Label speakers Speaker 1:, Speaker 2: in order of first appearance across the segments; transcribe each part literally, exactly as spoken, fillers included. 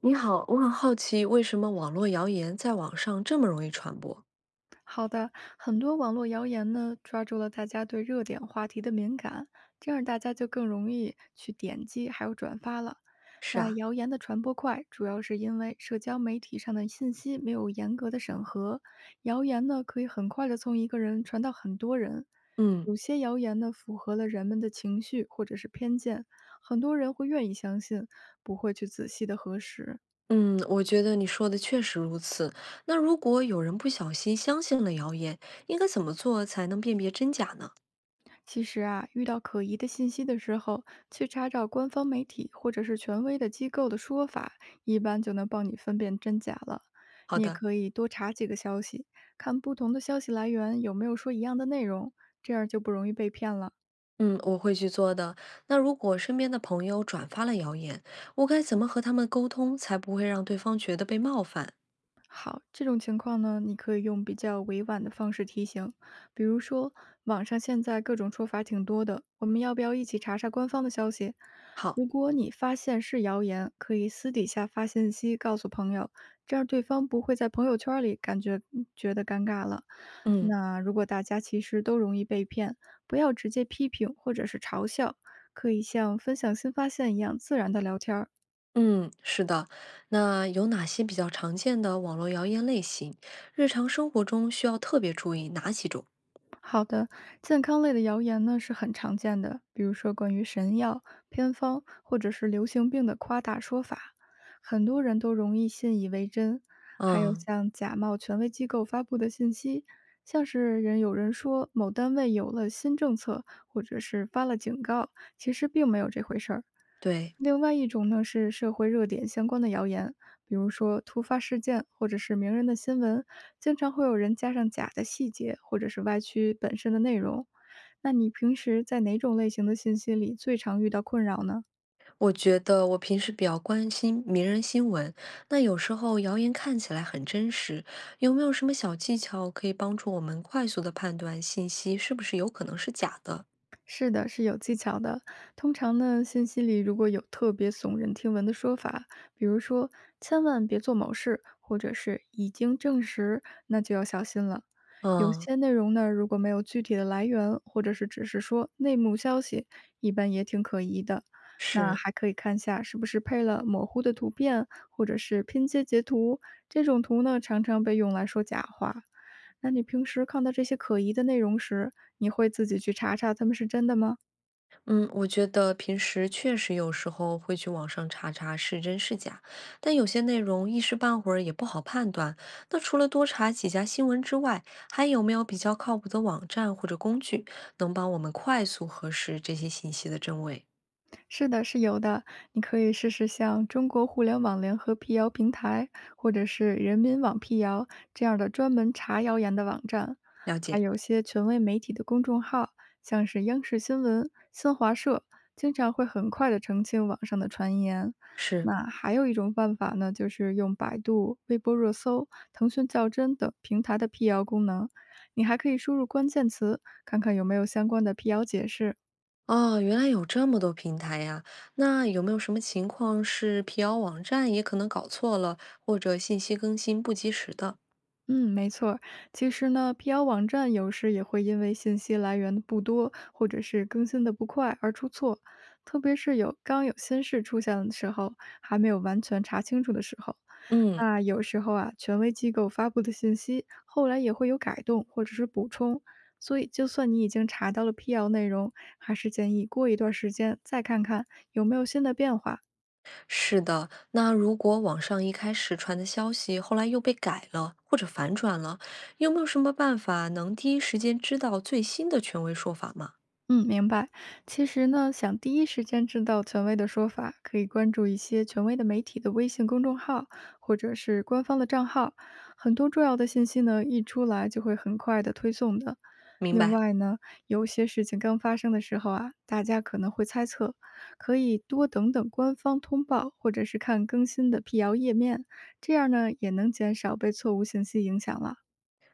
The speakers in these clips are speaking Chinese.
Speaker 1: 你好，我很好奇，为什么网络谣言在网上这么容易传播？
Speaker 2: 好的，很多网络谣言呢，抓住了大家对热点话题的敏感，这样大家就更容易去点击还有转发了。
Speaker 1: 是
Speaker 2: 那
Speaker 1: 啊，
Speaker 2: 谣言的传播快，主要是因为社交媒体上的信息没有严格的审核，谣言呢可以很快的从一个人传到很多人。
Speaker 1: 嗯
Speaker 2: 有些谣言呢符合了人们的情绪或者是偏见，很多人会愿意相信，不会去仔细的核实。
Speaker 1: 嗯，我觉得你说的确实如此。那如果有人不小心相信了谣言，应该怎么做才能辨别真假呢？
Speaker 2: 其实啊，遇到可疑的信息的时候，去查找官方媒体或者是权威的机构的说法，一般就能帮你分辨真假了。
Speaker 1: 好
Speaker 2: 你也
Speaker 1: 的，
Speaker 2: 可以多查几个消息，看不同的消息来源有没有说一样的内容，这样就不容易被骗了。
Speaker 1: 嗯，我会去做的。那如果身边的朋友转发了谣言，我该怎么和他们沟通，才不会让对方觉得被冒犯？
Speaker 2: 好，这种情况呢，你可以用比较委婉的方式提醒，比如说网上现在各种说法挺多的，我们要不要一起查查官方的消息？
Speaker 1: 好，
Speaker 2: 如果你发现是谣言，可以私底下发信息告诉朋友，这样对方不会在朋友圈里感觉觉得尴尬了。
Speaker 1: 嗯。
Speaker 2: 那如果大家其实都容易被骗，不要直接批评或者是嘲笑，可以像分享新发现一样自然的聊天儿。
Speaker 1: 嗯，是的。那有哪些比较常见的网络谣言类型？日常生活中需要特别注意哪几种？
Speaker 2: 好的，健康类的谣言呢是很常见的，比如说关于神药、偏方或者是流行病的夸大说法，很多人都容易信以为真。还有
Speaker 1: 嗯，
Speaker 2: 像假冒权威机构发布的信息，像是人有人说某单位有了新政策，或者是发了警告，其实并没有这回事儿。
Speaker 1: 对，
Speaker 2: 另外一种呢是社会热点相关的谣言，比如说突发事件或者是名人的新闻，经常会有人加上假的细节或者是歪曲本身的内容。那你平时在哪种类型的信息里最常遇到困扰呢？
Speaker 1: 我觉得我平时比较关心名人新闻，那有时候谣言看起来很真实，有没有什么小技巧可以帮助我们快速的判断信息是不是有可能是假的？
Speaker 2: 是的，是有技巧的。通常呢，信息里如果有特别耸人听闻的说法，比如说“千万别做某事”或者是“已经证实”，那就要小心了。有
Speaker 1: 嗯，
Speaker 2: 些内容呢，如果没有具体的来源，或者是只是说内幕消息，一般也挺可疑的。那
Speaker 1: 是。
Speaker 2: 还可以看下是不是配了模糊的图片，或者是拼接截图。这种图呢，常常被用来说假话。那你平时看到这些可疑的内容时，你会自己去查查他们是真的吗？
Speaker 1: 嗯，我觉得平时确实有时候会去网上查查是真是假，但有些内容一时半会儿也不好判断。那除了多查几家新闻之外，还有没有比较靠谱的网站或者工具，能帮我们快速核实这些信息的真伪？
Speaker 2: 是的，是有的。你可以试试像中国互联网联合辟谣平台，或者是人民网辟谣这样的专门查谣言的网站，
Speaker 1: 了
Speaker 2: 还
Speaker 1: 解，
Speaker 2: 有些权威媒体的公众号，像是央视新闻、新华社，经常会很快的澄清网上的传言。
Speaker 1: 是。
Speaker 2: 那还有一种办法呢，就是用百度、微博热搜、腾讯较真等平台的辟谣功能。你还可以输入关键词，看看有没有相关的辟谣解释。
Speaker 1: 哦，原来有这么多平台呀！那有没有什么情况是辟谣网站也可能搞错了，或者信息更新不及时的？
Speaker 2: 嗯，没错儿。其实呢辟谣网站有时也会因为信息来源不多，或者是更新的不快而出错，特别是有刚有新事出现的时候，还没有完全查清楚的时候。
Speaker 1: 嗯。
Speaker 2: 那有时候啊，权威机构发布的信息后来也会有改动或者是补充，所以就算你已经查到了辟谣内容，还是建议过一段时间再看看有没有新的变化。
Speaker 1: 是的，那如果网上一开始传的消息，后来又被改了或者反转了，有没有什么办法能第一时间知道最新的权威说法吗？
Speaker 2: 嗯，明白。其实呢，想第一时间知道权威的说法，可以关注一些权威的媒体的微信公众号或者是官方的账号，很多重要的信息呢，一出来就会很快的推送的。
Speaker 1: 明
Speaker 2: 另
Speaker 1: 白，
Speaker 2: 外呢，有些事情刚发生的时候啊，大家可能会猜测，可以多等等官方通报，或者是看更新的辟谣页面，这样呢，也能减少被错误信息影响了。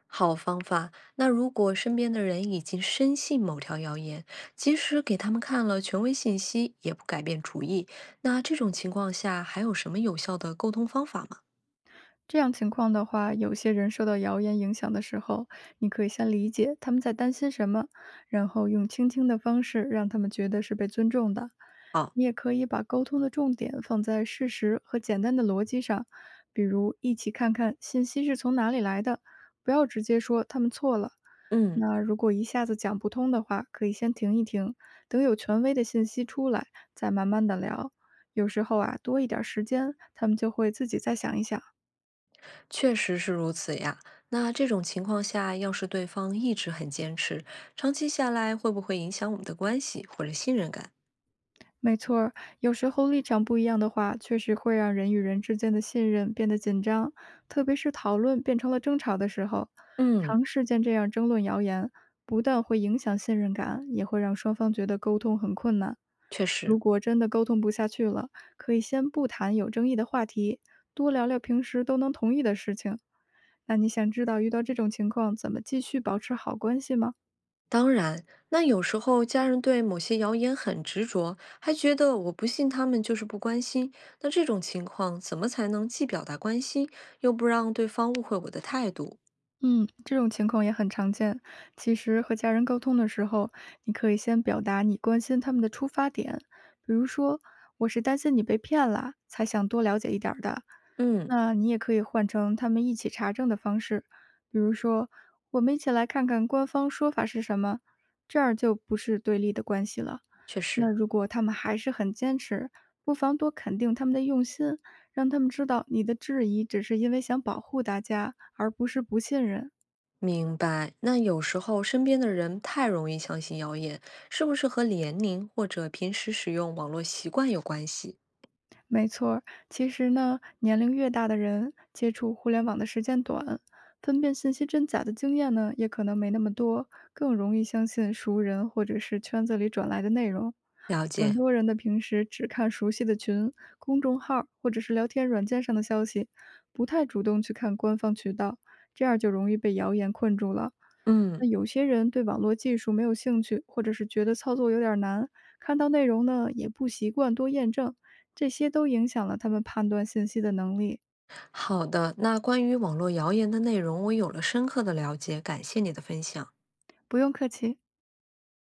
Speaker 1: 好方法。那如果身边的人已经深信某条谣言，即使给他们看了权威信息，也不改变主意，那这种情况下还有什么有效的沟通方法吗？
Speaker 2: 这样情况的话，有些人受到谣言影响的时候，你可以先理解他们在担心什么，然后用倾听的方式让他们觉得是被尊重的。
Speaker 1: 哦，
Speaker 2: 你也可以把沟通的重点放在事实和简单的逻辑上，比如一起看看信息是从哪里来的，不要直接说他们错了。
Speaker 1: 嗯。
Speaker 2: 那如果一下子讲不通的话，可以先停一停，等有权威的信息出来，再慢慢的聊。有时候啊，多一点儿时间，他们就会自己再想一想。
Speaker 1: 确实是如此呀。那这种情况下，要是对方一直很坚持，长期下来会不会影响我们的关系或者信任感？
Speaker 2: 没错儿，有时候立场不一样的话，确实会让人与人之间的信任变得紧张，特别是讨论变成了争吵的时候，
Speaker 1: 嗯，
Speaker 2: 长时间这样争论谣言，不但会影响信任感，也会让双方觉得沟通很困难。
Speaker 1: 确实。
Speaker 2: 如果真的沟通不下去了，可以先不谈有争议的话题，多聊聊平时都能同意的事情。那你想知道遇到这种情况怎么继续保持好关系吗？
Speaker 1: 当然，那有时候家人对某些谣言很执着，还觉得我不信他们就是不关心。那这种情况，怎么才能既表达关心，又不让对方误会我的态度？
Speaker 2: 嗯，这种情况也很常见。其实和家人沟通的时候，你可以先表达你关心他们的出发点，比如说我是担心你被骗了，才想多了解一点儿的。
Speaker 1: 嗯，
Speaker 2: 那你也可以换成他们一起查证的方式，比如说我们一起来看看官方说法是什么，这样就不是对立的关系了。
Speaker 1: 确
Speaker 2: 那
Speaker 1: 实。
Speaker 2: 如果他们还是很坚持，不妨多肯定他们的用心，让他们知道你的质疑只是因为想保护大家，而不是不信任。
Speaker 1: 明白。那有时候身边的人太容易相信谣言，是不是和年龄或者平时使用网络习惯有关系？
Speaker 2: 没错儿，其实呢，年龄越大的人，接触互联网的时间短，分辨信息真假的经验呢，也可能没那么多，更容易相信熟人或者是圈子里转来的内容。
Speaker 1: 了
Speaker 2: 很
Speaker 1: 解。
Speaker 2: 多人的平时只看熟悉的群、公众号儿或者是聊天软件上的消息，不太主动去看官方渠道，这样就容易被谣言困住了。
Speaker 1: 嗯，
Speaker 2: 那有些人对网络技术没有兴趣，或者是觉得操作有点儿难，看到内容呢也不习惯多验证，这些都影响了他们判断信息的能力。
Speaker 1: 好的。那关于网络谣言的内容，我有了深刻的了解，感谢你的分享。
Speaker 2: 不用客气。